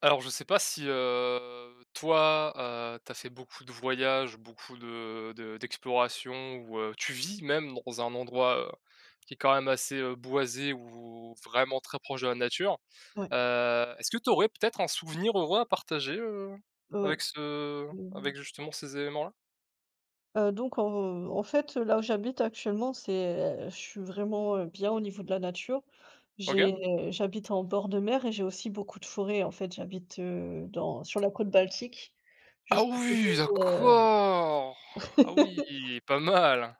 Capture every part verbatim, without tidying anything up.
Alors je sais pas si, heu, toi, heu, tu fait beaucoup de voyages, beaucoup de de d'explorations ou, heu, tu vis même dans un endroit, heu, qui est quand même assez, heu, boisé ou vraiment très proche de la nature. Ouais, Heu, est-ce que tu aurais peut-être un souvenir heureux à partager, heu, ouais, ouais. avec ce Mmh mh. avec justement ces éléments-là? Donc en en fait, là où j'habite actuellement, c'est je suis vraiment, heu, bien au niveau de la nature. J'ai OK. Mmh. J'habite en bord de mer et j'ai aussi beaucoup de forêts. En fait, j'habite, heu, dans sur la côte Baltique, Ah juste à côté oui, de d'accord! Ah oui, pas mal!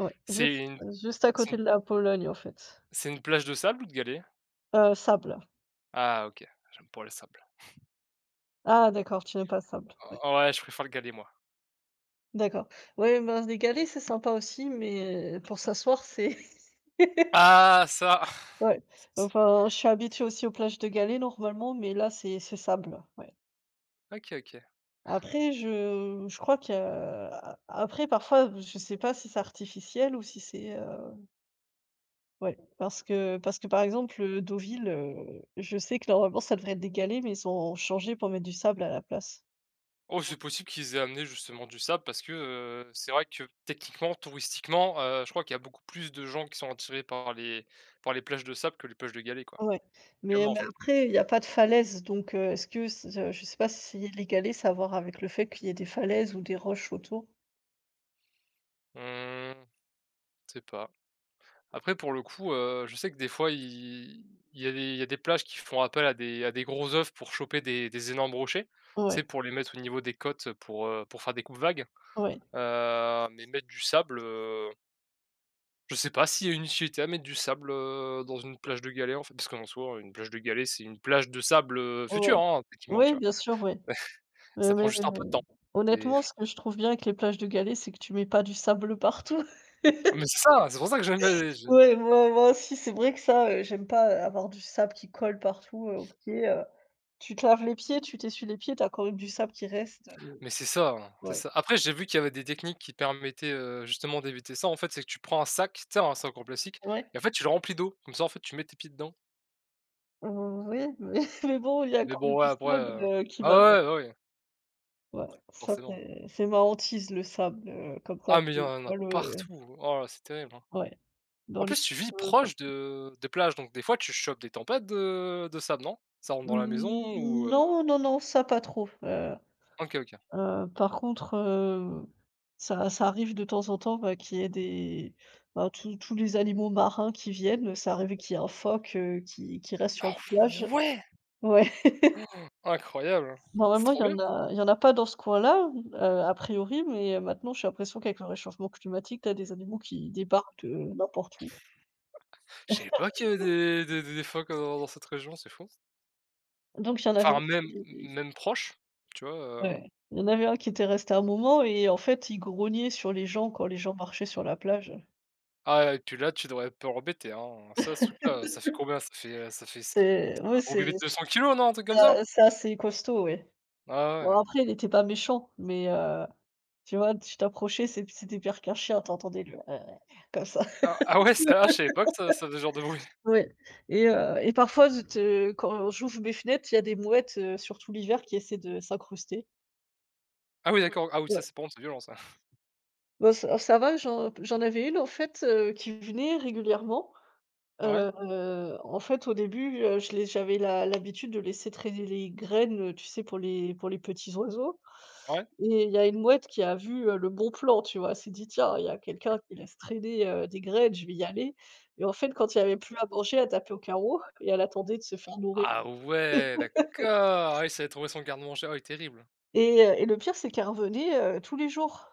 ouais, C'est juste une juste à c'est côté une de la Pologne, en fait. c'est une plage de sable ou de galets? Heu, Sable. Ah OK, j'aime pas le sable. Ah d'accord, tu n'aimes pas le Sable. Ouais, Ouais, je préfère le galet moi. d'accord. Oui, ben, les galets, c'est sympa aussi, mais pour s'asseoir, c'est Ah ça! ouais, enfin, je suis habituée aussi aux plages de galets normalement, mais là, c'est c'est sable, ouais. OK, OK. Après, je je crois que, a après parfois, je sais pas si c'est artificiel ou si c'est, heu, ouais, parce que parce que, par exemple, heu, Deauville, heu, je sais que normalement, ça devrait être des galets, mais ils ont changé pour mettre du sable à la place. Oh, c'est possible qu'ils aient amené justement du sable parce que, heu, c'est vrai que techniquement, touristiquement, heu, je crois qu'il y a beaucoup plus de gens qui sont attirés par les par les plages de sable que les plages de galets, quoi. Ouais, mais Clairement, en mais fait. après, il y a pas de falaise, donc, heu, est-ce que c je je sais pas si les galets, ça a à voir avec le fait qu'il y ait des falaises ou des roches autour? Mmh, je sais pas. Après pour le coup, heu, je sais que des fois il il y a des il y a des plages qui font appel à des à des gros œufs pour choper des des énormes rochers. Tu sais, Ouais, pour les mettre au niveau des côtes pour, heu, pour faire des coupes vagues, ouais, heu, mais mettre du sable. Je sais pas s'il y a une utilité à mettre du sable, heu, dans une plage de galets, en fait, parce qu'en soi, une plage de galets, c'est une plage de sable, heu, ouais. futur, hein, techniquement, tu Ouais, vois? bien sûr, ouais. Heu, Ça prend mais mais juste un peu de mais temps. C'est Honnêtement, ce que je trouve bien avec les plages de Galets, c'est que tu mets pas du sable partout. Ah, mais c'est ça, c'est pour ça que j'aime bien les je Ouais, moi moi aussi, c'est vrai que ça, heu, j'aime pas, heu, avoir du sable qui colle partout, heu, aux pieds, heu. Tu te laves les pieds, tu t'essuies les pieds, t'as quand même du sable qui reste, heu, mais c'est ça, hein, c'est ouais. ça. Après, j'ai vu qu'il y avait des techniques qui permettaient, heu, justement d'éviter ça, en fait, c'est que tu prends un sac, tu sais, un sac en plastique Ouais, et en fait, tu le remplis d'eau. Comme ça, en fait, tu mets tes pieds dedans. heu, oui, mais mais bon, il y a Mais quand même bon, ouais, du après, sable, heu, heu, qui ah ouais, va ouais, bah, oui, ouais, ça forcément. c'est c'est ma hantise, le sable, heu, comme ça Ah mais il y qui en a colle, heu, partout. Oh là, c'est terrible, hein. ouais, dans En les plus, tu vis cheveux, pas proche de des plages, donc des fois, tu chopes des tempêtes de de sable, non? Ça rentre dans la mmh, maison ou, heu? non, non, non, ça pas trop. heu OK, OK. Heu, par contre, heu, ça ça arrive de temps en temps, bah, qu'il y ait des bah, tous tous les animaux marins qui viennent. Ça arrive qu'il y ait un phoque, heu, qui qui reste sur la Ah plage. ouais! Ouais. Incroyable! C'est Normalement, il trop y bien. en a il y en a pas dans ce coin-là, heu, a priori, mais maintenant j'ai l'impression qu'avec le réchauffement climatique, tu as des animaux qui débarquent de n'importe où. Je savais pas qu'il y avait des des des des phoques dans dans cette région, c'est fou. Donc il y en avait Enfin, même qui même proche, tu vois, Ouais, heu? il y en avait un qui était resté un moment et en fait, il grognait sur les gens quand les gens marchaient sur la plage. Ah et puis là, tu devrais pas peu hein? Ça, ce truc-là, ça fait combien? Ça fait, ça fait C'est un Ouais, gros c'est bébé de 200 kilos, non? Un truc comme c'est ça? c'est assez costaud, ouais. Ah Bon ouais. après, il était pas méchant, mais heu, tu vois, tu t'approchais, c'est c'était pire qu'un chien. T'entendais le comme ça. Ah ah ouais, ça, ah, je savais pas que ça ça faisait ce genre de bruit. Ouais et heu et parfois je te quand j'ouvre mes fenêtres, il y a des mouettes, heu, surtout l'hiver qui essaient de s'incruster. Ah oui, d'accord. Ah oui, ça, Ouais. c'est par contre, c'est violent ça. Bah ça ça va, j'en j'en avais une en fait, heu, qui venait régulièrement. Ouais? Heu, heu, en fait, au début, heu, je les j'avais la l'habitude de laisser traîner les graines, heu, tu sais, pour les pour les petits oiseaux. Ouais? Et il y a une mouette qui a vu, heu, le bon plan, tu vois? Elle s'est dit: «Tiens, il y a quelqu'un qui laisse traîner, heu, des graines, je vais y aller.» Et en fait, quand il n'y avait plus à manger, elle tapait au carreau et elle attendait de se faire nourrir. Ah ouais, d'accord! Ah oui, ça avait trouvé son garde-manger. Ah oui, terrible. Et heu et le pire, c'est qu'elle revenait, heu, tous les jours,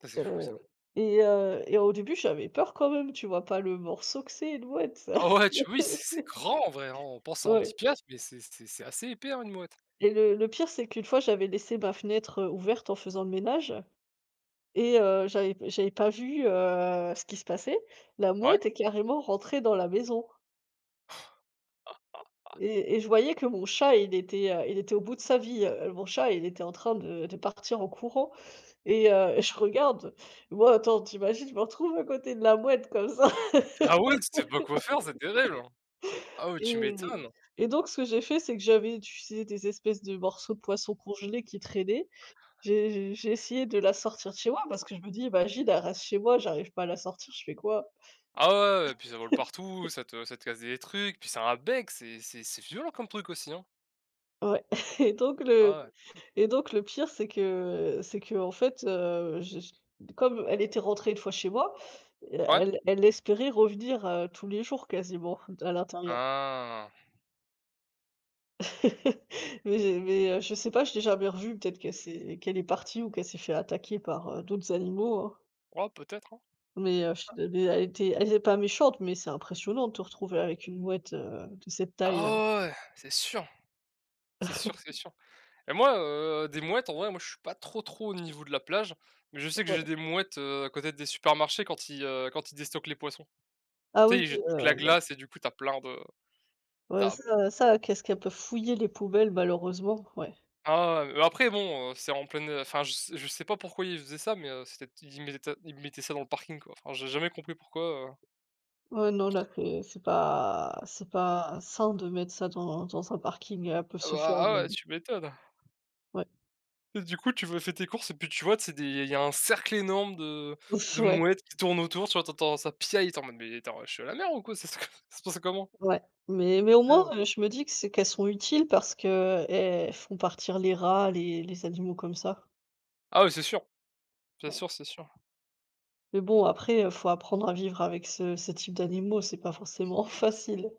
Ça, c'est fou ça. heu et heu et au début, j'avais peur quand même, tu vois? Pas le morceau que c'est, une mouette. Ah ouais, tu oui, c'est c'est grand en vrai, hein. On pense à un Ouais. petit piastre, mais c'est c'est c'est assez épais, hein, une mouette. Et le le pire, c'est qu'une fois, j'avais laissé ma fenêtre, heu, ouverte en faisant le ménage. Et heu, j'avais j'avais pas vu, heu, ce qui se passait. La Ouais. mouette est carrément rentrée dans la maison. Et et je voyais que mon chat, il était, heu, il était au bout de sa vie, heu, mon chat, il était en train de de partir en courant. Et heu je regarde. Moi, attends, t'imagines, je me retrouve à côté de la mouette comme ça Ah ouais, tu sais pas quoi faire, c'est terrible! Hein. Ah ouais, tu et m'étonnes. et donc ce que j'ai fait, c'est que j'avais, utilisé des espèces de morceaux de poisson congelés qui traînaient. "J'ai". j'ai j'ai essayé de la sortir de chez moi parce que je me dis: «Imagine, elle reste chez moi, j'arrive pas à la sortir, je fais quoi?» Ah ouais, ouais, ouais, puis ça vole partout, ça te ça te casse des trucs, puis c'est un bec, c'est c'est c'est violent comme truc aussi, hein. ouais et donc le Ah ouais. et donc le pire, c'est que c'est qu'en fait, heu, je je comme elle était rentrée une fois chez moi, heu, Ouais? elle elle espérait revenir, heu, tous les jours quasiment d à l'intérieur. Ah. Mais j'ai mais heu, je sais pas, je l'ai jamais revue, peut-être qu'elle s'est qu'elle est partie ou qu'elle s'est fait attaquer par, heu, d'autres animaux, hein. Ouais, peut-être, hein. Mais heu, ch mais elle était elle était pas méchante, mais c'est impressionnant de te retrouver avec une mouette, heu, de cette taille, Ah heu ouais, ouais, c'est sûr, c'est sûr, c'est sûr. Et moi, heu, des mouettes, en vrai, moi, je suis pas trop, trop au niveau de la plage, mais je sais que j'ai Ouais. des mouettes, heu, à côté des supermarchés quand ils, heu, quand ils déstockent les poissons. Ah Tu oui, sais, ils toute la heu, bah, glace et du coup, t'as plein de ouais, t'as ça ça, qu'est-ce qu'elle peut fouiller les poubelles malheureusement, ouais. Ah ouais, mais après bon, heu, c'est en pleine, enfin, je sais je sais pas pourquoi ils faisaient ça, mais heu, c'était ils mettaient ils mettaient ça dans le parking, quoi. Enfin, j'ai jamais compris pourquoi, heu Ouais, non, là, c'est c'est pas c'est pas sain de mettre ça dans dans un parking, elles peuvent Ah se bah, faire, ah heu, ouais, tu m'étonnes. ouais. Et du coup, tu vas faire tes courses et puis tu vois, c'est des il y a un cercle énorme de de Ouais, mouettes qui tournent autour, tu vois? Tu entends ça piaille tu es en mode: «Mais attends, je suis à la mer ou quoi? Ça se ça se passe comment?» ouais. Mais mais au Ouais, moins, ouais. heu, je me dis que c'est qu'elles sont utiles parce que elles font partir les rats, les les animaux comme ça. Ah oui, c'est sûr. C'est Ouais. sûr, c'est sûr. Mais bon après, heu, faut apprendre à vivre avec ce ce type d'animaux, c'est pas forcément facile.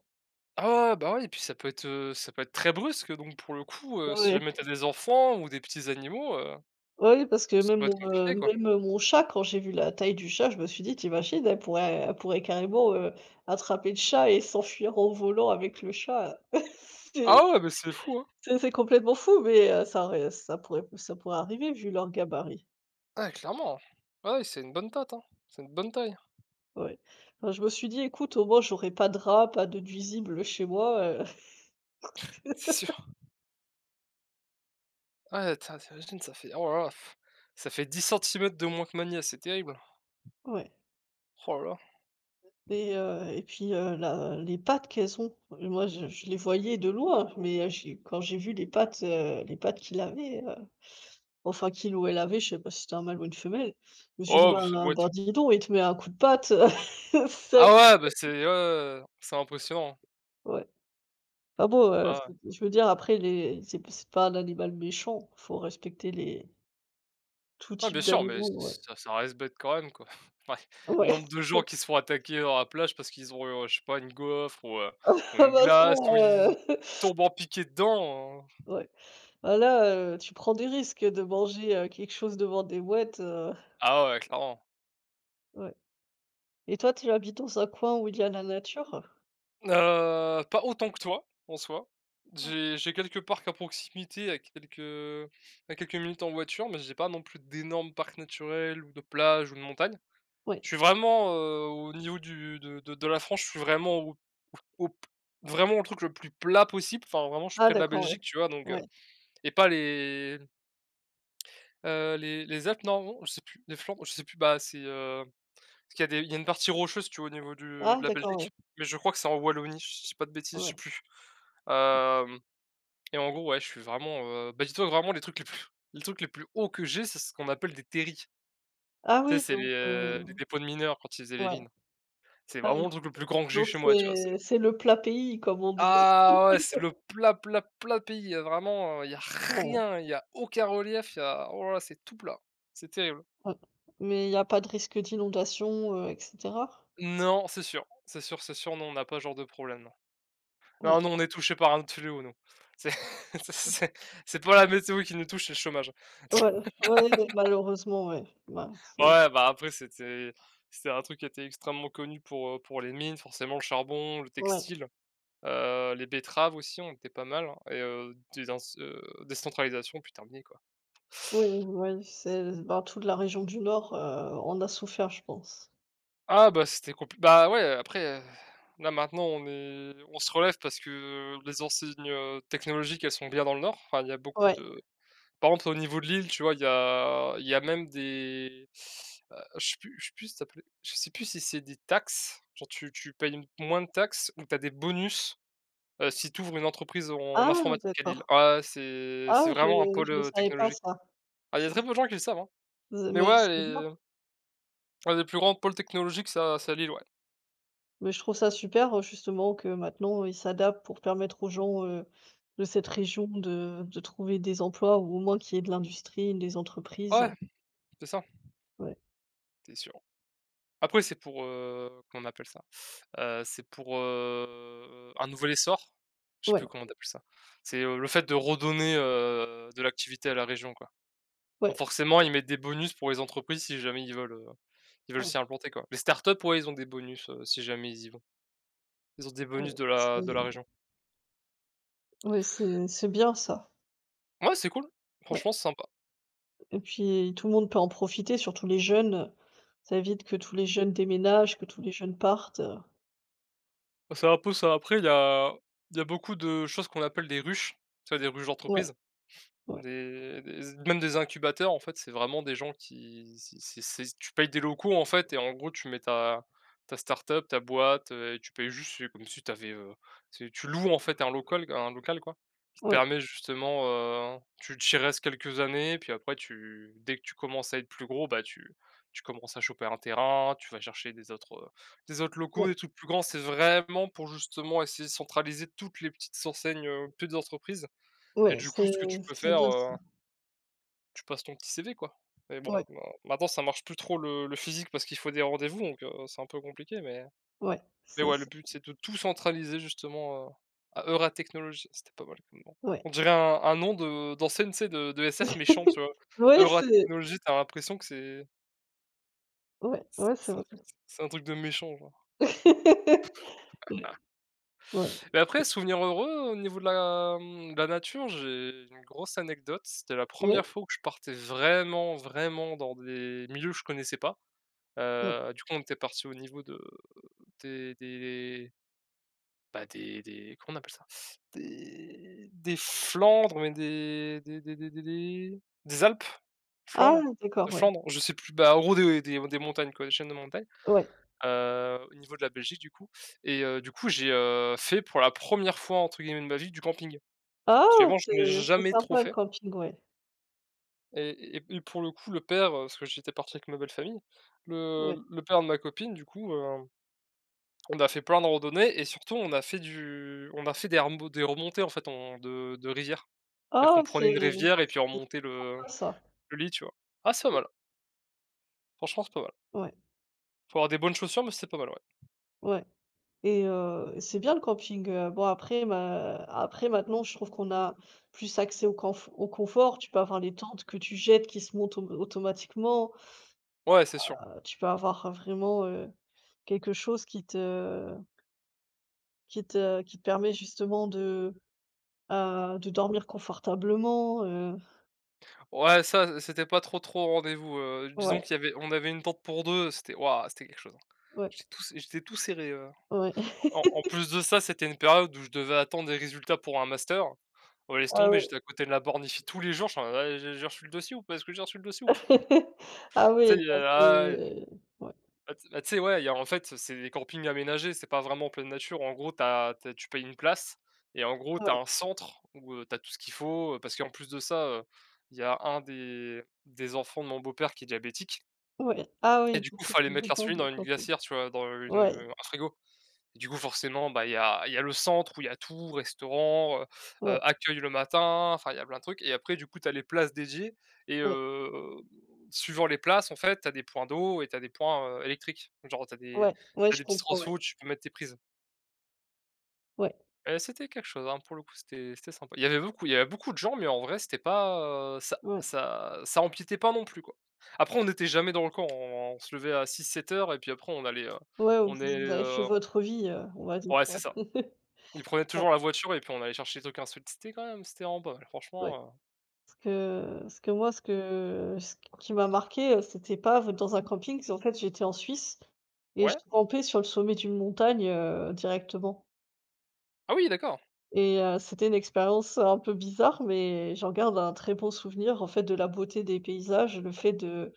Ah, ouais, bah, ouais et puis ça peut être, heu, ça peut être très brusque donc pour le coup, heu, si Ouais. jamais t'as des enfants ou des petits animaux, heu, Ouais, Oui, parce que ça même peut être mon, heu, compliqué, quoi. même, heu, mon chat, quand j'ai vu la taille du chat, je me suis dit: «Tu imagines, elle pourrait elle pourrait carrément, heu, attraper le chat et s'enfuir en volant avec le chat». C'est Ah ouais, mais c'est fou, hein. c'est c'est complètement fou, mais, heu, ça aurait ça pourrait ça pourrait arriver vu leur gabarit. Ouais, clairement. Ah ouais, c'est une bonne tâte, hein. C'est une bonne taille, Ouais. Enfin, je me suis dit: «Écoute, au moins j'aurais pas de rats, pas de nuisibles chez moi, heu». c'est sûr. Ouais, t'as tu ça fait oh là là, pff, ça fait dix centimètres de moins que ma nièce, c'est terrible. Ouais Oh là là. et heu et puis, heu, la les pattes qu'elles ont, moi je je les voyais de loin, mais, heu, j'ai quand j'ai vu les pattes, heu, les pattes qu'il avait, Enfin, qu'il ou elle avait, je sais pas si c'était un mâle ou une femelle. Je me suis dit: Ouais. Oh, bah, ça «Ben doit ben, être dis donc, il te met un coup de patte, c'est» ah ouais, bah, c'est ouais, ouais, ouais, c'est impressionnant. ouais. Enfin bon, heu, Ah je je veux dire après les c'est p c'est pas un animal méchant, faut respecter les tout Ouais, type bien Ah bah, sûr, oui. mais d'animaux, ouais. ça ça reste bête quand même, quoi. Ouais, Ouais. nombre de gens qui se font attaquer dans la plage parce qu'ils ont eu, je sais pas, une gaufre ou, heu, ou Ah une bah, ça, glace ou ils heu, tombent en piqué dedans, heu ouais. Ah là, heu, tu prends des risques de manger, heu, quelque chose devant des mouettes, heu, Ah ouais, clairement. ouais. Et toi, tu habites dans un coin où il y a la nature? Heu, pas autant que toi, en soi. Non. J'ai j'ai quelques parcs à proximité à quelques, à quelques minutes en voiture, mais j'ai pas non plus d'énormes parcs naturels ou de plages ou de montagnes. Ouais. Je suis vraiment, heu, au niveau du de de de la France, je suis vraiment Au p vraiment le truc le plus plat possible, enfin vraiment je suis Ah près de la d'accord, ouais, Belgique, tu vois? Donc heu ouais. et pas les, heu, les les Alpes, non, non, je sais plus, les Flandres, je sais plus, bah, c'est, heu, parce qu'il y a des il y a une partie rocheuse, tu vois? Au niveau du de Ah la d'accord, ouais, Belgique, mais je crois que c'est en Wallonie, je dis pas de bêtises, je ouais. sais plus. Hem et en gros, ouais, je suis vraiment, heu, bah, dis-toi vraiment les trucs les plus les trucs les plus hauts que j'ai, c'est ce qu'on appelle des terris. Ah Tu sais, oui, c'est les, donc heu, heu, les dépôts de mineurs quand ils faisaient les ouais. mines. C'est Ah vraiment oui, le truc le plus grand que j'ai eu donc chez moi, tu vois? c'est c'est le plat pays, comme on dit. Ah ouais, c'est le plat, plat, plat pays, heu, vraiment, il y a Voilà, rien, il y a aucun relief, il y a oh là là, c'est tout plat, c'est terrible. ouais. Mais il y a pas de risque d'inondation, heu, et cetera? Non, c'est sûr, c'est sûr, c'est sûr, non, on n'a pas ce genre de problème, non. Ouais. Non, nous, on est touché par un autre fléau, nous. C'est c'est c'est c'est pas la météo qui nous touche, c'est le chômage. Voilà. Ouais, ouais, malheureusement, ouais. Ouais, c'est Ouais, bah, après, c'était c'était un truc qui était extrêmement connu pour, heu, pour les mines, forcément le charbon, le ouais. textile, heu, les betteraves aussi, on était pas mal hein, et heu, des ins heu, décentralisation, puis terminé, quoi. Oui, oui, c'est ben, toute la région du Nord, heu, en a souffert, je pense. Ah bah, c'était compliqué. Bah, ouais, après, heu, là maintenant on est on se relève parce que les enseignes, heu, technologiques, elles sont bien dans le nord. Enfin, il y a beaucoup Ouais. de par exemple, au niveau de Lille, tu vois, il y a il y a même des, heu, je sais plus je sais plus si ça s'appelait je sais plus si c'est des taxes, genre tu tu payes m moins de taxes ou tu as des bonus, heu, si tu ouvres une entreprise en Ah informatique à Lille. d'accord. Ouais, c'est Ah c'est je vraiment un pôle, je le heu, savais pas technologique. ça. Ah, il y a C'est très peu de gens qui le savent, hein, mais mais ouais, c'est bien. les un des plus grands pôles technologiques, ça c'est à Lille, ouais. Mais je trouve ça super, heu, justement que maintenant ils s'adaptent pour permettre aux gens, heu, de cette région de de trouver des emplois ou au moins qu'il y ait de l'industrie, des entreprises. Ouais, c'est ça, Ouais. c'est sûr. Après c'est pour, heu, comment on appelle ça? Heu, c'est pour, heu, un nouvel essor? Je sais Ouais, plus comment on appelle ça. C'est, heu, le fait de redonner, heu, de l'activité à la région, quoi. Donc ouais, forcément, ils mettent des bonus pour les entreprises si jamais ils veulent, heu, ils veulent ouais. s'y implanter, quoi. Les startups, ouais, ils ont des bonus, heu, si jamais ils y vont. Ils ont des Mmh, bonus ouais, de c'est la de la région. ouais, c'est c'est bien ça, Ouais, c'est cool. ouais Franchement, c'est sympa. et puis tout le monde peut en profiter, surtout les jeunes. Ça évite que tous les jeunes déménagent, que tous les jeunes partent, C'est un peu ça. Après il y a il y a beaucoup de choses qu'on appelle des ruches, tu vois? Des ruches ouais, d'entreprise. ouais, Des des même des incubateurs, en fait, c'est vraiment des gens qui c'est c'est c'est tu payes des locaux, en fait et en gros, tu mets ta ta start-up, ta boîte, heu et tu payes juste, c'est comme si tu avais, tu loues, en fait, un local un local, quoi, qui te ouais, permet justement, heu, tu t'y restes quelques années, puis après tu dès que tu commences à être plus gros, bah, tu tu commences à choper un terrain, tu vas chercher des autres, heu, des autres locaux, ouais, des trucs plus grands. C'est vraiment pour justement essayer de centraliser toutes les petites enseignes, heu, petites entreprises et ouais, du coup, c'est ce que tu peux c'est faire, bien ça. heu tu passes ton petit C V, quoi. Mais bon, Ouais, ma maintenant ça marche plus trop le le physique parce qu'il faut des rendez-vous donc heu, c'est un peu compliqué mais ouais, mais c'est ouais, le but c'est de tout centraliser justement, heu, à Eura Technologies. C'était pas mal comme nom. ouais. On dirait un un nom de d'enseigne, tu sais, de de S F méchant, tu vois? Ouais, Eura c'est Technologies, t'as l'impression que c'est ouais, ouais, c'est c'est un truc c'est un truc de méchant, genre. Ouais, ouais, Mais après, souvenir heureux, au niveau de la, mmh, de la nature, j'ai une grosse anecdote. C'était la ouais. première fois que je partais vraiment, vraiment dans des milieux que je connaissais pas. ouais. Heu, du coup, on était parti au niveau de des des bah, des des comment on appelle ça? Des des Flandres, mais des des des des des des des Alpes? Ah Flandres? De d'accord, ouais, Flandre? Je sais plus. Bah, en gros, des des des montagnes, quoi, des chaînes de montagnes, ouais. heu, au niveau de la Belgique, du coup et heu, du coup, j'ai, heu, fait pour la première fois, entre guillemets, de ma vie, du camping. Parce Ah! qu'avant, C'est j'en ai c'est jamais trop sympa le fait camping, ouais, et et et pour le coup, le père, heu, parce que j'étais parti avec ma belle famille, ouais. le le père de ma copine, du coup, euh, on a fait plein de randonnées et surtout on a fait du on a fait des remo des remontées en fait en de de rivière. C'est-à-dire Ah qu'on prenait une c'est rivière et puis on c'est remontait le sympa ça. le lit, tu vois? Ah, c'est pas mal, franchement c'est pas mal. Ouais, Faut avoir des bonnes chaussures, mais c'est pas mal, ouais. ouais et heu, c'est bien le camping, heu, bon après ma après maintenant je trouve qu'on a plus accès au canf au confort. Tu peux avoir les tentes que tu jettes qui se montent au automatiquement. Ouais, c'est sûr. Heu, tu peux avoir euh, vraiment, heu, quelque chose qui te qui te qui te permet justement de, heu, de dormir confortablement, heu, Ouais, ça, c'était pas trop, trop au rendez-vous, heu, disons ouais. qu'il y avait on avait une tente pour deux, c'était waouh, c'était quelque chose, hein. Ouais, J'étais tout j'étais tout serré, heu, ouais. en en plus de ça, c'était une période où je devais attendre des résultats pour un master. Oh laisse Ah tomber, oui. j'étais à côté de la bornifi tous les jours, je suis en mode: «Ah, j'ai j'ai reçu le dossier ou pas? Est-ce que j'ai reçu le dossier ou pas?» Ah Tu oui, sais, ça il c'est ouais, Bah, tu bah, tu sais, ouais, il y a en fait, c'est des campings aménagés, c'est pas vraiment en pleine nature. En gros, t'as, t'as, tu payes une place et en gros, tu as ouais, un centre où, heu, tu as tout ce qu'il faut, heu, parce qu'en plus de ça, heu, il y a un des des enfants de mon beau-père qui est diabétique ouais. Ah oui, et du du coup, il coup, fallait tu as mettre autant l'insuline de dans une copines. glacière, tu vois? Dans Ouais, une, un frigo. Et du coup, forcément, bah, il y a il y a le centre où il y a tout, restaurant, heu heu, ouais, accueil le matin, enfin, il y a plein de trucs et après du coup, tu as les places dédiées et ouais, hem, suivant les places, en fait, tu as des points d'eau et tu as des points, heu, électriques. Genre, tu as des ouais, ouais, t'as je des petits comprends, transfo ouais, où tu peux mettre tes prises ouais, et c'était quelque chose, hein, pour le coup, c'était c'était sympa. Il y avait beaucoup il y avait beaucoup de gens mais en vrai, c'était pas, heu, ça ouais, ça ça empiétait pas non plus, quoi. Après, on n'était jamais dans le camp, on on se levait à six, sept heures et puis après on allait, heu, ouais, vous on est, vous avez fait heu votre vie, heu, on va dire, ouais, quoi. c'est ça. Il prenait Ouais, toujours la voiture et puis on allait chercher les trucs insolites. C'était quand même c'était rend pas mal ouais. franchement, Parce que parce que moi, ce que ce qui m'a marqué heu, c'était pas dans un camping, c'est en fait, j'étais en Suisse et heu je ouais. campais sur le sommet d'une montagne, heu, directement. Ah oui d'accord! Et heu, c'était une expérience, un peu bizarre, mais j'en garde un très bon souvenir, en fait, de la beauté des paysages, le fait de,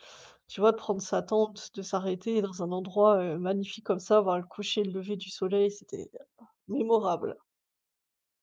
tu vois, de prendre sa tente, de s'arrêter dans un endroit, heu, magnifique comme ça, voir le coucher et le lever du soleil, c'était euh, mémorable.